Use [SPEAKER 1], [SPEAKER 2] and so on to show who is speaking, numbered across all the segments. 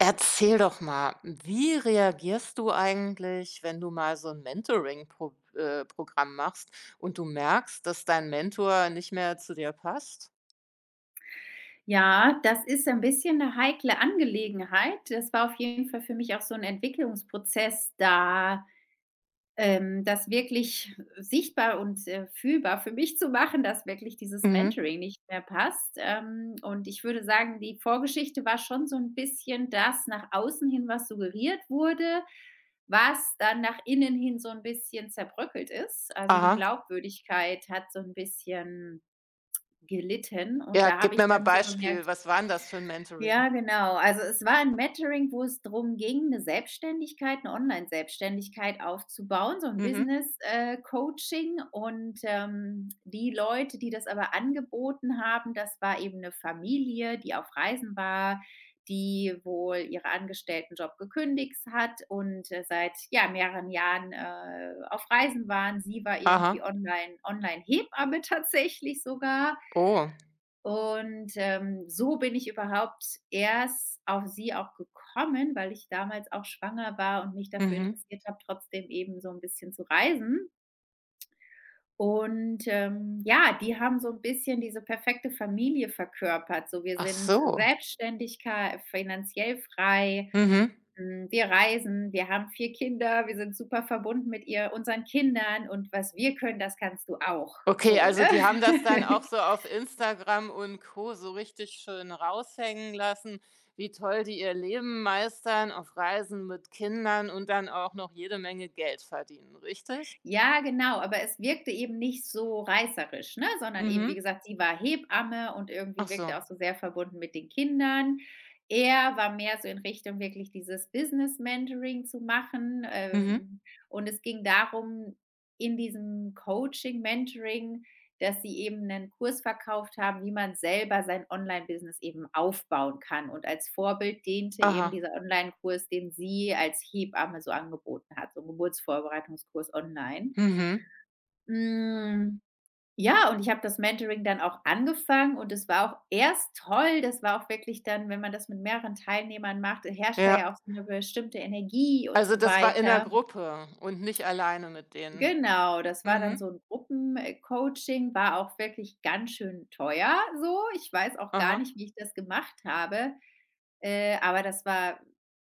[SPEAKER 1] Erzähl doch mal, wie reagierst du eigentlich, wenn du mal so ein mentoring Programm machst und du merkst, dass dein Mentor nicht mehr zu dir passt?
[SPEAKER 2] Ja, das ist ein bisschen eine heikle Angelegenheit. Das war auf jeden Fall für mich auch so ein Entwicklungsprozess, da, das wirklich sichtbar und, fühlbar für mich zu machen, dass wirklich dieses
[SPEAKER 1] Mhm.
[SPEAKER 2] Mentoring nicht mehr passt. Und ich würde sagen, die Vorgeschichte war schon so ein bisschen, dass nach außen hin was suggeriert wurde, was dann nach innen hin so ein bisschen zerbröckelt ist. Also, die
[SPEAKER 1] Aha.
[SPEAKER 2] Glaubwürdigkeit hat so ein bisschen gelitten und
[SPEAKER 1] Ja,
[SPEAKER 2] da habe
[SPEAKER 1] gib mir
[SPEAKER 2] ich
[SPEAKER 1] mal
[SPEAKER 2] dann so
[SPEAKER 1] Beispiel.
[SPEAKER 2] gemerkt,
[SPEAKER 1] Was war 'n das für 'n Mentoring?
[SPEAKER 2] ja, genau. Also, es war ein Mentoring, wo es drum ging, eine Selbstständigkeit, eine Online-Selbstständigkeit aufzubauen, so ein
[SPEAKER 1] Mhm.
[SPEAKER 2] Business, Coaching, und, die Leute, die das aber angeboten haben, das war eben eine Familie, die auf Reisen war, die wohl ihre Angestelltenjob gekündigt hat und, seit, ja, mehreren Jahren, auf Reisen waren. Sie war irgendwie
[SPEAKER 1] Aha.
[SPEAKER 2] online, Online-Hebamme tatsächlich sogar
[SPEAKER 1] Oh.
[SPEAKER 2] und, so bin ich überhaupt erst auf sie auch gekommen, weil ich damals auch schwanger war und mich dafür
[SPEAKER 1] Mhm.
[SPEAKER 2] interessiert habe, trotzdem eben so ein bisschen zu reisen. Und, ja, die haben so ein bisschen diese perfekte Familie verkörpert. So, wir
[SPEAKER 1] Ach
[SPEAKER 2] sind
[SPEAKER 1] so.
[SPEAKER 2] Selbstständigkei, finanziell frei,
[SPEAKER 1] Mhm.
[SPEAKER 2] hm, wir reisen, wir haben 4 Kinder, wir sind super verbunden mit ihr, unseren Kindern, und was wir können, das kannst du auch,
[SPEAKER 1] Okay,
[SPEAKER 2] so,
[SPEAKER 1] also
[SPEAKER 2] ne?
[SPEAKER 1] die haben das dann auch so auf Instagram und Co. so richtig schön raushängen lassen, wie toll die ihr Leben meistern auf Reisen mit Kindern und dann auch noch jede Menge Geld verdienen, richtig?
[SPEAKER 2] Ja, genau, aber es wirkte eben nicht so reißerisch, ne, sondern eben, wie
[SPEAKER 1] Mhm.
[SPEAKER 2] gesagt, sie war Hebamme und
[SPEAKER 1] Ach
[SPEAKER 2] irgendwie wirkte auch
[SPEAKER 1] so.
[SPEAKER 2] so sehr verbunden mit den Kindern. Er war mehr so in Richtung wirklich dieses Business-Mentoring zu machen,
[SPEAKER 1] Mhm.
[SPEAKER 2] und es ging darum, in diesem Coaching, Mentoring, dass sie eben einen Kurs verkauft haben, wie man selber sein Online-Business eben aufbauen kann. Und als Vorbild diente eben
[SPEAKER 1] Aha.
[SPEAKER 2] dieser Online-Kurs, den sie als Hebamme so angeboten hat, so 'n Geburtsvorbereitungskurs online.
[SPEAKER 1] Mhm.
[SPEAKER 2] Hm, ja, und ich habe das Mentoring dann auch angefangen und es war auch erst toll. Das war auch wirklich dann, wenn man das mit mehreren Teilnehmern macht, herrscht da
[SPEAKER 1] Ja.
[SPEAKER 2] ja auch so 'ne bestimmte Energie und
[SPEAKER 1] Also
[SPEAKER 2] so
[SPEAKER 1] das war in der
[SPEAKER 2] weiter.
[SPEAKER 1] Gruppe und nicht alleine mit denen.
[SPEAKER 2] Genau, das war dann
[SPEAKER 1] Mhm.
[SPEAKER 2] so 'n Gruppencoaching, war auch wirklich ganz schön teuer so. Ich weiß auch gar
[SPEAKER 1] Aha.
[SPEAKER 2] nicht, wie ich das gemacht habe, aber das war,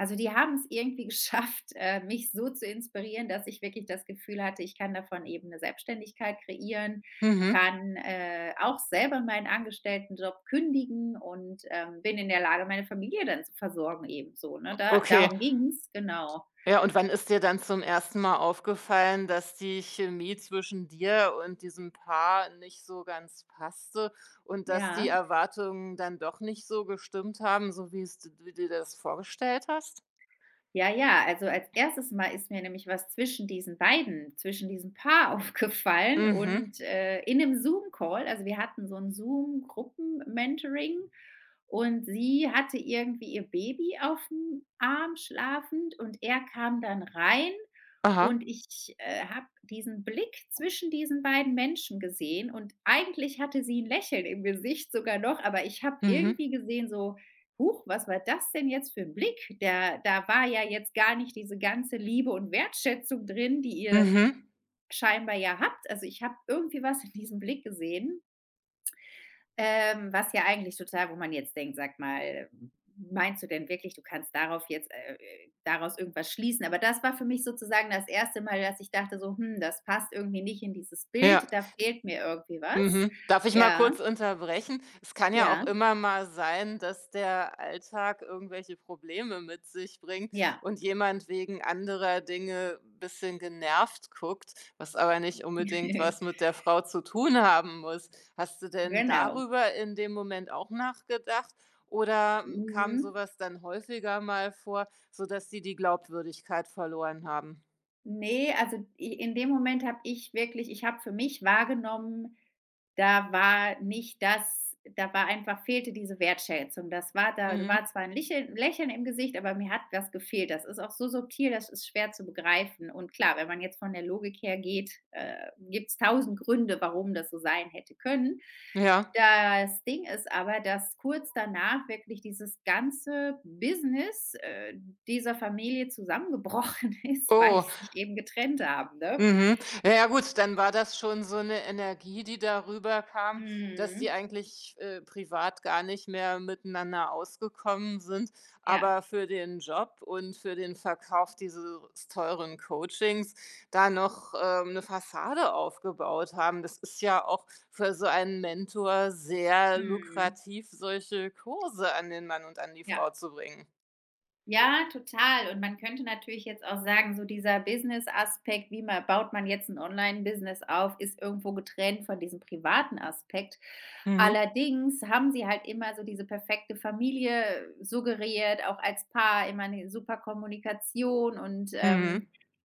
[SPEAKER 2] also, die haben's irgendwie geschafft, mich so zu inspirieren, dass ich wirklich das Gefühl hatte, ich kann davon eben 'ne Selbstständigkeit kreieren,
[SPEAKER 1] Mhm.
[SPEAKER 2] kann, auch selber meinen Angestelltenjob kündigen und, bin in der Lage, meine Familie dann zu versorgen ebenso, ne? Da
[SPEAKER 1] Okay.
[SPEAKER 2] darum ging's, genau.
[SPEAKER 1] Ja, und wann ist dir dann zum ersten Mal aufgefallen, dass die Chemie zwischen dir und diesem Paar nicht so ganz passte und dass die
[SPEAKER 2] Ja.
[SPEAKER 1] Erwartungen dann doch nicht so gestimmt haben, so wie es d du dir das vorgestellt hast?
[SPEAKER 2] Ja, ja, also als erstes Mal ist mir nämlich was zwischen diesen beiden zwischen diesem Paar aufgefallen
[SPEAKER 1] Mhm.
[SPEAKER 2] und, in 'nem Zoom-Call. Also, wir hatten so ein Zoom-Gruppen-Mentoring und sie hatte irgendwie ihr Baby auf dem Arm schlafend und er kam dann rein
[SPEAKER 1] Aha.
[SPEAKER 2] und ich, habe diesen Blick zwischen diesen beiden Menschen gesehen und eigentlich hatte sie ein Lächeln im Gesicht sogar noch, aber ich habe
[SPEAKER 1] Mhm.
[SPEAKER 2] irgendwie gesehen so: „Huch, was war das denn jetzt für ein Blick?“ Der da war ja jetzt gar nicht diese ganze Liebe und Wertschätzung drin, die ihr
[SPEAKER 1] Mhm.
[SPEAKER 2] scheinbar ja habt. Also, ich habe irgendwie was in diesem Blick gesehen, was ja eigentlich total, wo man jetzt denkt: „Sag mal, meinst du denn wirklich, du kannst darauf jetzt, daraus irgendwas schließen?“ Aber das war für mich sozusagen das erste Mal, dass ich dachte so: „Hm, das passt irgendwie nicht in dieses
[SPEAKER 1] Ja.
[SPEAKER 2] Bild, da fehlt mir irgendwie was.“
[SPEAKER 1] Mhm. Darf ich mal
[SPEAKER 2] Ja,
[SPEAKER 1] kurz unterbrechen? Es kann ja auch
[SPEAKER 2] ja,
[SPEAKER 1] immer mal sein, dass der Alltag irgendwelche Probleme mit sich bringt
[SPEAKER 2] ja.
[SPEAKER 1] und jemand wegen anderer Dinge ein bisschen genervt guckt, was aber nicht unbedingt was mit der Frau zu tun haben muss. Hast du denn
[SPEAKER 2] Genau.
[SPEAKER 1] darüber in dem Moment auch nachgedacht oder kam
[SPEAKER 2] Mhm.
[SPEAKER 1] sowas dann häufiger mal vor, sodass sie die Glaubwürdigkeit verloren haben?
[SPEAKER 2] Ne, also i in dem Moment habe ich wirklich, ich habe für mich wahrgenommen, da war nicht das, da war einfach, fehlte diese Wertschätzung. Das war, da
[SPEAKER 1] Mhm.
[SPEAKER 2] war zwar ein Licheln Lächeln im Gesicht, aber mir hat was gefehlt. Das ist auch so subtil, das ist schwer zu begreifen. Und klar, wenn man jetzt von der Logik her geht, gibt es tausend Gründe, warum das so sein hätte können.
[SPEAKER 1] Ja.
[SPEAKER 2] Das Ding ist aber, dass kurz danach wirklich dieses ganze Business, dieser Familie zusammengebrochen ist, weil die
[SPEAKER 1] Oh.
[SPEAKER 2] sich eben getrennt haben, ne?
[SPEAKER 1] Mhm. Ja, ja gut, dann war das schon so eine Energie, die darüber kam, dass die
[SPEAKER 2] Mhm.
[SPEAKER 1] eigentlich, privat gar nicht mehr miteinander ausgekommen sind.
[SPEAKER 2] Ja.
[SPEAKER 1] Aber für den Job und für den Verkauf dieses teuren Coachings da noch, 'ne Fassade aufgebaut haben. Das ist ja auch für so einen Mentor sehr
[SPEAKER 2] Mhm.
[SPEAKER 1] lukrativ, solche Kurse an den Mann und an die Frau
[SPEAKER 2] Ja.
[SPEAKER 1] zu bringen.
[SPEAKER 2] Ja, total. Und man könnte natürlich jetzt auch sagen, so dieser Business-Aspekt, wie man, baut man jetzt ein Online-Business auf, ist irgendwo getrennt von diesem privaten Aspekt.
[SPEAKER 1] Mhm.
[SPEAKER 2] Allerdings haben sie halt immer so diese perfekte Familie suggeriert, auch als Paar, immer eine super Kommunikation und,
[SPEAKER 1] Mhm.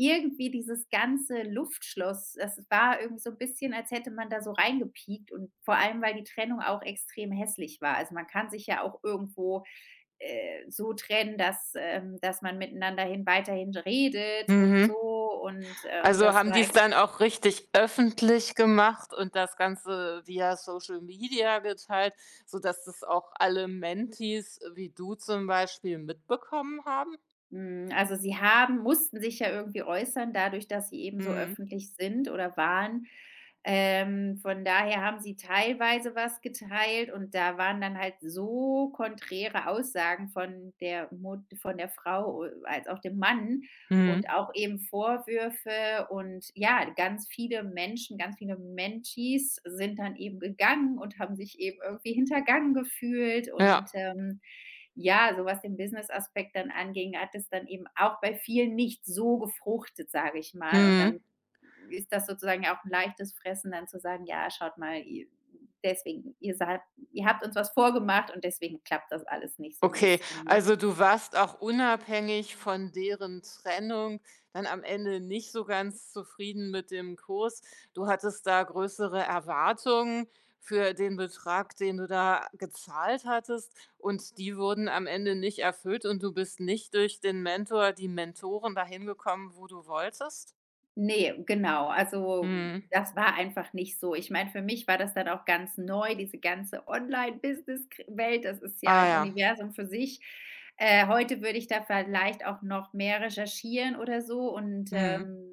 [SPEAKER 2] irgendwie dieses ganze Luftschloss, das war irgendwie so ein bisschen, als hätte man da so reingepiekt, und vor allem, weil die Trennung auch extrem hässlich war. Also, man kann sich ja auch irgendwo, so trennen, dass, dass man miteinander hin, weiterhin redet und so
[SPEAKER 1] Mhm.
[SPEAKER 2] und,
[SPEAKER 1] Also,
[SPEAKER 2] das
[SPEAKER 1] haben die
[SPEAKER 2] war
[SPEAKER 1] es
[SPEAKER 2] ex,
[SPEAKER 1] dann auch richtig öffentlich gemacht und das Ganze via Social Media geteilt, sodass das auch alle Mentees wie du zum Beispiel mitbekommen haben?
[SPEAKER 2] mhm, also sie haben, mussten sich ja irgendwie äußern, dadurch, dass sie eben so
[SPEAKER 1] Mhm.
[SPEAKER 2] öffentlich sind oder waren. Von daher haben sie teilweise was geteilt und da waren dann halt so konträre Aussagen von der Mut von der Frau, als auch dem Mann, und
[SPEAKER 1] Mhm.
[SPEAKER 2] auch eben Vorwürfe und ja, ganz viele Menschen, ganz viele Menschies sind dann eben gegangen und haben sich eben irgendwie hintergangen gefühlt und,
[SPEAKER 1] Ja.
[SPEAKER 2] ja, so was den Business-Aspekt dann anging, hat es dann eben auch bei vielen nicht so gefruchtet, sage ich mal. Und dann
[SPEAKER 1] Mhm.
[SPEAKER 2] ist das sozusagen auch ein leichtes Fressen, dann zu sagen: „Ja, schaut mal, i deswegen ihr seid, ihr habt uns was vorgemacht und deswegen klappt das alles nicht“, so ein
[SPEAKER 1] Okay,
[SPEAKER 2] bisschen, ne?
[SPEAKER 1] also du warst auch unabhängig von deren Trennung dann am Ende nicht so ganz zufrieden mit dem Kurs. Du hattest da größere Erwartungen für den Betrag, den du da gezahlt hattest, und die wurden am Ende nicht erfüllt und du bist nicht durch den Mentor, die Mentoren dahin gekommen, wo du wolltest?
[SPEAKER 2] Ne, genau. Also,
[SPEAKER 1] Mhm.
[SPEAKER 2] das war einfach nicht so. Ich meine, für mich war das dann auch ganz neu, diese ganze online business welt das ist ja
[SPEAKER 1] Ah
[SPEAKER 2] ein
[SPEAKER 1] ja.
[SPEAKER 2] Universum für sich. Heute würde ich da vielleicht auch noch mehr recherchieren oder so und,
[SPEAKER 1] Mhm.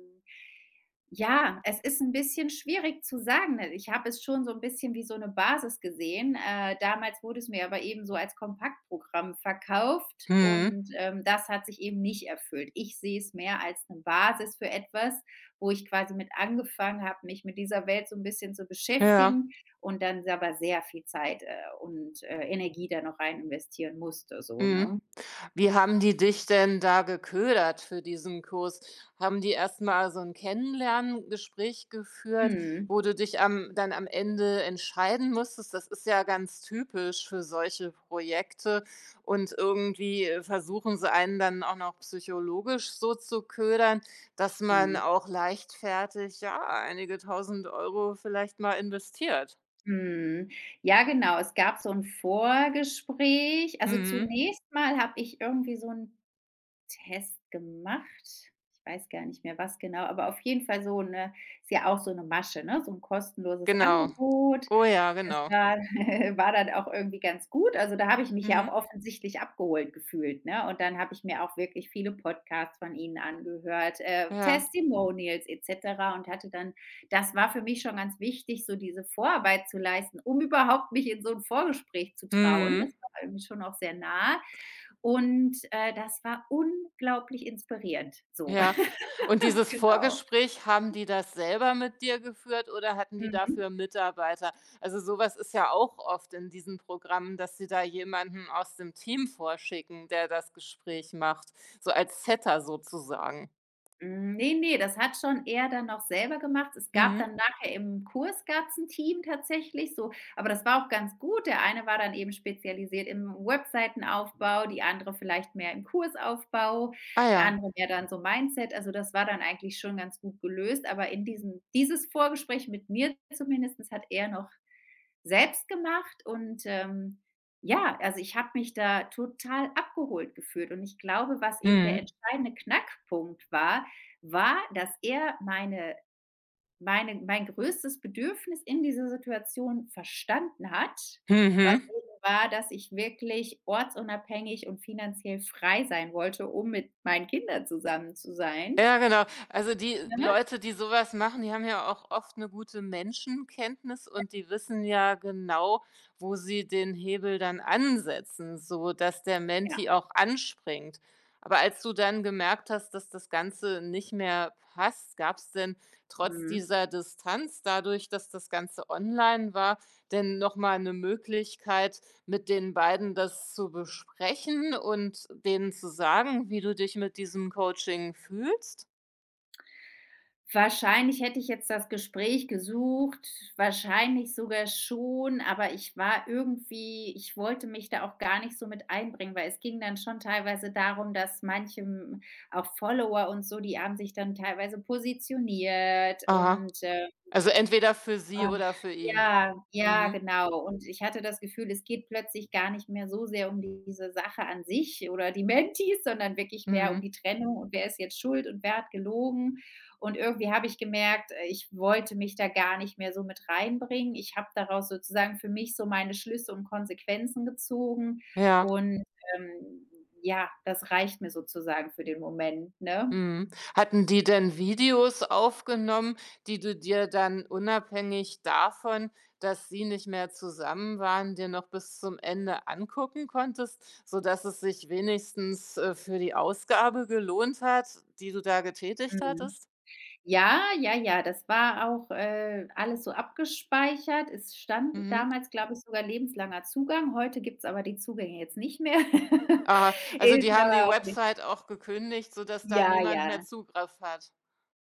[SPEAKER 2] ja, es ist ein bisschen schwierig zu sagen. Ne, ich habe es schon so ein bisschen wie so eine Basis gesehen. Damals wurde es mir aber eben so als Kompaktprogramm verkauft
[SPEAKER 1] Mhm.
[SPEAKER 2] und, das hat sich eben nicht erfüllt. Ich sehe es mehr als eine Basis für etwas, wo ich quasi mit angefangen habe, mich mit dieser Welt so ein bisschen zu
[SPEAKER 1] Ja.
[SPEAKER 2] beschäftigen und dann aber sehr viel Zeit, und, Energie da noch rein investieren musste, so,
[SPEAKER 1] Mhm.
[SPEAKER 2] ne?
[SPEAKER 1] Wie haben die dich denn da geködert für diesen Kurs? Haben die erst mal so ein Kennenlerngespräch geführt,
[SPEAKER 2] Mhm.
[SPEAKER 1] wo du dich am dann am Ende entscheiden musstest? Das ist ja ganz typisch für solche Projekte und irgendwie, versuchen sie einen dann auch noch psychologisch so zu ködern, dass man
[SPEAKER 2] Mhm.
[SPEAKER 1] auch leichtfertig, ja, einige Tausend Euro vielleicht mal investiert.
[SPEAKER 2] Mhm. Ja, genau. Es gab so ein Vorgespräch. Also,
[SPEAKER 1] Mhm,
[SPEAKER 2] zunächst mal habe ich irgendwie so einen Test gemacht. Ich weiß gar nicht mehr, was genau, aber auf jeden Fall so eine, ist ja auch so eine Masche, ne? So ein kostenloses
[SPEAKER 1] genau.
[SPEAKER 2] Angebot.
[SPEAKER 1] Oh ja,
[SPEAKER 2] Das
[SPEAKER 1] genau.
[SPEAKER 2] war war dann auch irgendwie ganz gut. Also, da habe ich mich ja
[SPEAKER 1] Mhm,
[SPEAKER 2] auch offensichtlich abgeholt gefühlt, ne? Und dann habe ich mir auch wirklich viele Podcasts von ihnen angehört,
[SPEAKER 1] ja.
[SPEAKER 2] Testimonials et cetera und hatte dann, das war für mich schon ganz wichtig, so diese Vorarbeit zu leisten, um überhaupt mich in so ein Vorgespräch zu trauen.
[SPEAKER 1] Mhm,
[SPEAKER 2] Das war irgendwie schon auch sehr nah und, das war unglaublich inspirierend, so,
[SPEAKER 1] ja. Und dieses
[SPEAKER 2] genau.
[SPEAKER 1] Vorgespräch, haben die das selber mit dir geführt oder hatten die
[SPEAKER 2] Mhm.
[SPEAKER 1] dafür Mitarbeiter? Also, sowas ist ja auch oft in diesen Programmen, dass sie da jemanden aus dem Team vorschicken, der das Gespräch macht, so als Setter sozusagen.
[SPEAKER 2] Hm, ne, das hat schon er dann noch selber gemacht. Es gab
[SPEAKER 1] Mhm.
[SPEAKER 2] dann nachher im Kurs, gab's 'n Team tatsächlich so, aber das war auch ganz gut. Der eine war dann eben spezialisiert im Webseitenaufbau, die andere vielleicht mehr im Kursaufbau,
[SPEAKER 1] Ah
[SPEAKER 2] die
[SPEAKER 1] ja.
[SPEAKER 2] andere mehr dann so Mindset. Also, das war dann eigentlich schon ganz gut gelöst, aber in diesem dieses Vorgespräch mit mir zumindestens hat er noch selbst gemacht und, ja, also, ich habe mich da total abgeholt gefühlt und ich glaube, was eben der
[SPEAKER 1] Mhm.
[SPEAKER 2] entscheidende Knackpunkt war, war, dass er mein größtes Bedürfnis in dieser Situation verstanden hat, was
[SPEAKER 1] Mhm.
[SPEAKER 2] eben war, dass ich wirklich ortsunabhängig und finanziell frei sein wollte, um mit meinen Kindern zusammen zu sein,
[SPEAKER 1] Ja, genau. Also die
[SPEAKER 2] ne?
[SPEAKER 1] Leute, die sowas machen, die haben ja auch oft eine gute Menschenkenntnis und die wissen ja genau, wo sie den Hebel dann ansetzen, so dass der
[SPEAKER 2] Ja,
[SPEAKER 1] Menti auch anspringt. Aber als du dann gemerkt hast, dass das Ganze nicht mehr passt, gab es denn trotz
[SPEAKER 2] mhm.
[SPEAKER 1] dieser Distanz, dadurch, dass das Ganze online war, denn nochmal eine Möglichkeit, mit den beiden das zu besprechen und denen zu sagen, wie du dich mit diesem Coaching fühlst?
[SPEAKER 2] Wahrscheinlich hätte ich jetzt das Gespräch gesucht, wahrscheinlich sogar schon, aber ich war irgendwie, ich wollte mich da auch gar nicht so mit einbringen, weil es ging dann schon teilweise darum, dass manche, hm, auch Follower und so, die haben sich dann teilweise positioniert
[SPEAKER 1] Aha.
[SPEAKER 2] und, äh.
[SPEAKER 1] Also entweder für sie
[SPEAKER 2] Ach,
[SPEAKER 1] oder für ihn.
[SPEAKER 2] ja, ja,
[SPEAKER 1] Mhm.
[SPEAKER 2] genau. Und ich hatte das Gefühl, es geht plötzlich gar nicht mehr so sehr um diese Sache an sich oder die Mentis, sondern wirklich mehr um
[SPEAKER 1] Mhm.
[SPEAKER 2] die Trennung und wer ist jetzt schuld und wer hat gelogen. Und irgendwie habe ich gemerkt, ich wollte mich da gar nicht mehr so mit reinbringen. Ich habe daraus sozusagen für mich so meine Schlüsse und Konsequenzen gezogen
[SPEAKER 1] Ja.
[SPEAKER 2] und, ähm, ja, das reicht mir sozusagen für den Moment, ne?
[SPEAKER 1] Mhm. Hatten die denn Videos aufgenommen, die du dir dann unabhängig davon, dass sie nicht mehr zusammen waren, dir noch bis zum Ende angucken konntest, sodass es sich wenigstens, für die Ausgabe gelohnt hat, die du da getätigt
[SPEAKER 2] Mhm.
[SPEAKER 1] hattest?
[SPEAKER 2] Ja, ja, ja, das war auch, alles so abgespeichert. Es stand
[SPEAKER 1] Mhm.
[SPEAKER 2] damals, glaube ich, sogar lebenslanger Zugang. Heute gibt's aber die Zugänge jetzt nicht mehr.
[SPEAKER 1] Aha, also
[SPEAKER 2] Ist
[SPEAKER 1] die haben die
[SPEAKER 2] aber auch nicht,
[SPEAKER 1] Website auch gekündigt, sodass da
[SPEAKER 2] ja,
[SPEAKER 1] niemand mehr
[SPEAKER 2] ja.
[SPEAKER 1] Zugriff hat.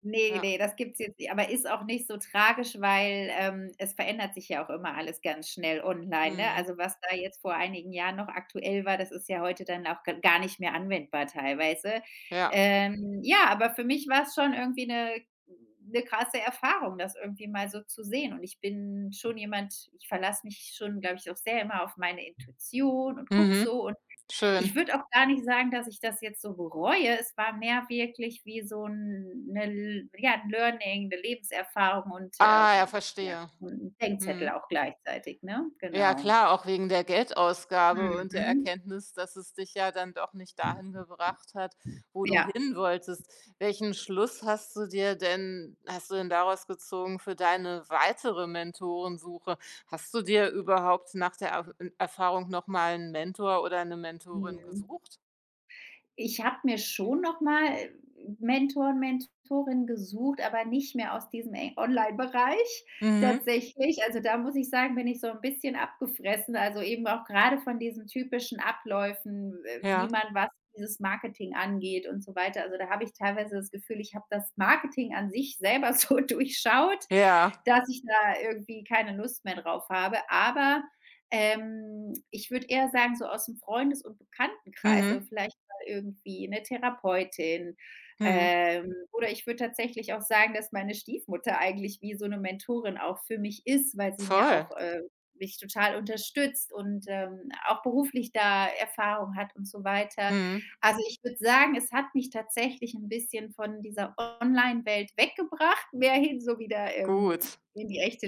[SPEAKER 2] Ne,
[SPEAKER 1] Ja,
[SPEAKER 2] ne, das gibt's jetzt nicht, aber ist auch nicht so tragisch, weil, es verändert sich ja auch immer alles ganz schnell online, ne?
[SPEAKER 1] mhm.
[SPEAKER 2] Also, was da jetzt vor einigen Jahren noch aktuell war, das ist ja heute dann auch g gar nicht mehr anwendbar teilweise.
[SPEAKER 1] Ja,
[SPEAKER 2] Ja, aber für mich war's schon irgendwie 'ne 'ne krasse Erfahrung, das irgendwie mal so zu sehen und ich bin schon jemand, ich verlasse mich schon, glaube ich, auch sehr immer auf meine Intuition und gucke
[SPEAKER 1] mhm.
[SPEAKER 2] so und
[SPEAKER 1] Schön.
[SPEAKER 2] ich würde auch gar nicht sagen, dass ich das jetzt so bereue. Es war mehr wirklich wie so 'n 'ne, ja, 'n Learning, 'ne Lebenserfahrung und,
[SPEAKER 1] Ah, ja,
[SPEAKER 2] ja,
[SPEAKER 1] verstehe.
[SPEAKER 2] so 'n Denkzettel
[SPEAKER 1] Mhm.
[SPEAKER 2] auch gleichzeitig, ne?
[SPEAKER 1] Ja
[SPEAKER 2] Genau.
[SPEAKER 1] klar, auch wegen der Geldausgabe und der
[SPEAKER 2] Mhm.
[SPEAKER 1] Erkenntnis, dass es dich ja dann doch nicht dahin gebracht hat, wo du
[SPEAKER 2] Ja.
[SPEAKER 1] hin wolltest. Welchen Schluss hast du denn daraus gezogen für deine weitere Mentorensuche? Hast du dir überhaupt nach der Erfahrung noch mal 'n Mentor oder eine Mentorin
[SPEAKER 2] Mhm.
[SPEAKER 1] gesucht?
[SPEAKER 2] Ich habe mir schon noch mal, Mentor, Mentorin gesucht, aber nicht mehr aus diesem e Online-Bereich
[SPEAKER 1] Mhm.
[SPEAKER 2] tatsächlich. Also, da muss ich sagen, bin ich so ein bisschen abgefressen, also eben auch gerade von diesen typischen Abläufen,
[SPEAKER 1] Ja,
[SPEAKER 2] wie man was, dieses Marketing angeht und so weiter. Also, da habe ich teilweise das Gefühl, ich habe das Marketing an sich selber so durchschaut,
[SPEAKER 1] ja.
[SPEAKER 2] dass ich da irgendwie keine Lust mehr drauf habe. Aber, ich würde eher sagen, so aus dem Freundes- und Bekanntenkreis oder
[SPEAKER 1] Mhm.
[SPEAKER 2] vielleicht irgendwie eine Therapeutin.
[SPEAKER 1] Mhm.
[SPEAKER 2] Oder ich würde tatsächlich auch sagen, dass meine Stiefmutter eigentlich wie so 'ne Mentorin auch für mich ist, weil sie mir
[SPEAKER 1] Toll.
[SPEAKER 2] auch, mich total unterstützt und, auch beruflich da Erfahrung hat und so weiter.
[SPEAKER 1] Mhm.
[SPEAKER 2] Also, ich würde sagen, es hat mich tatsächlich 'n bisschen von dieser Online-Welt weggebracht, mehr hin so wieder,
[SPEAKER 1] Gut.
[SPEAKER 2] in die echte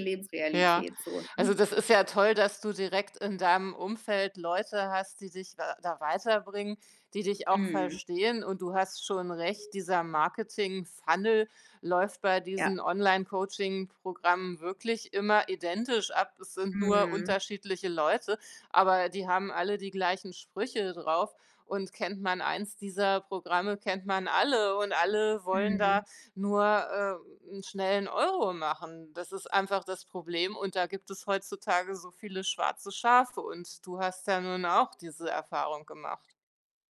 [SPEAKER 1] Ja.
[SPEAKER 2] Lebensrealität so, ne?
[SPEAKER 1] Also, das ist ja toll, dass du direkt in deinem Umfeld Leute hast, die dich wa da weiterbringen, die dich auch
[SPEAKER 2] Mhm.
[SPEAKER 1] verstehen. Und du hast schon recht, dieser Marketing-Funnel läuft bei
[SPEAKER 2] Ja.
[SPEAKER 1] diesen Online-Coaching-Programmen wirklich immer identisch ab. Es sind nur
[SPEAKER 2] Mhm.
[SPEAKER 1] unterschiedliche Leute, aber die haben alle die gleichen Sprüche drauf. Und kennt man eins dieser Programme, kennt man alle und alle wollen
[SPEAKER 2] Mhm.
[SPEAKER 1] da nur, 'n schnellen Euro machen. Das ist einfach das Problem und da gibt es heutzutage so viele schwarze Schafe und du hast ja nun auch diese Erfahrung gemacht.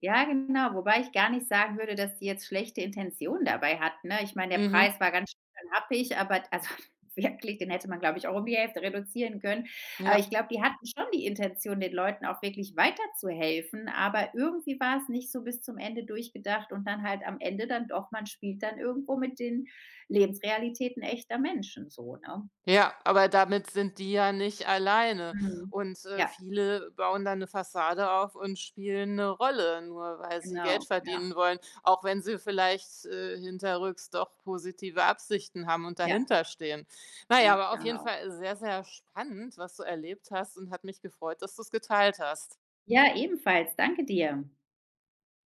[SPEAKER 2] Ja, genau, wobei ich gar nicht sagen würde, dass die jetzt schlechte Intention dabei hat, ne? Ich meine, der Preis
[SPEAKER 1] Mhm,
[SPEAKER 2] war ganz schön happig, aber also wirklich, den hätte man, glaube ich, auch um die Hälfte reduzieren können. Aber
[SPEAKER 1] ja.
[SPEAKER 2] ich glaube, die hatten schon die Intention, den Leuten auch wirklich weiterzuhelfen, aber irgendwie war es nicht so bis zum Ende durchgedacht und dann halt am Ende dann doch, man spielt dann irgendwo mit den Lebensrealitäten echter Menschen so, ne?
[SPEAKER 1] Ja, aber damit sind die ja nicht alleine.
[SPEAKER 2] Mhm.
[SPEAKER 1] Und,
[SPEAKER 2] Ja,
[SPEAKER 1] viele bauen dann eine Fassade auf und spielen eine Rolle, nur weil sie Geld
[SPEAKER 2] genau. Ja,
[SPEAKER 1] verdienen wollen, auch wenn sie vielleicht, hinterrücks doch positive Absichten haben und
[SPEAKER 2] ja,
[SPEAKER 1] dahinterstehen. Na ja,
[SPEAKER 2] ganz
[SPEAKER 1] aber auf jeden
[SPEAKER 2] genau.
[SPEAKER 1] Fall sehr, sehr spannend, was du erlebt hast und hat mich gefreut, dass du es geteilt hast.
[SPEAKER 2] Ja, ebenfalls. Danke dir.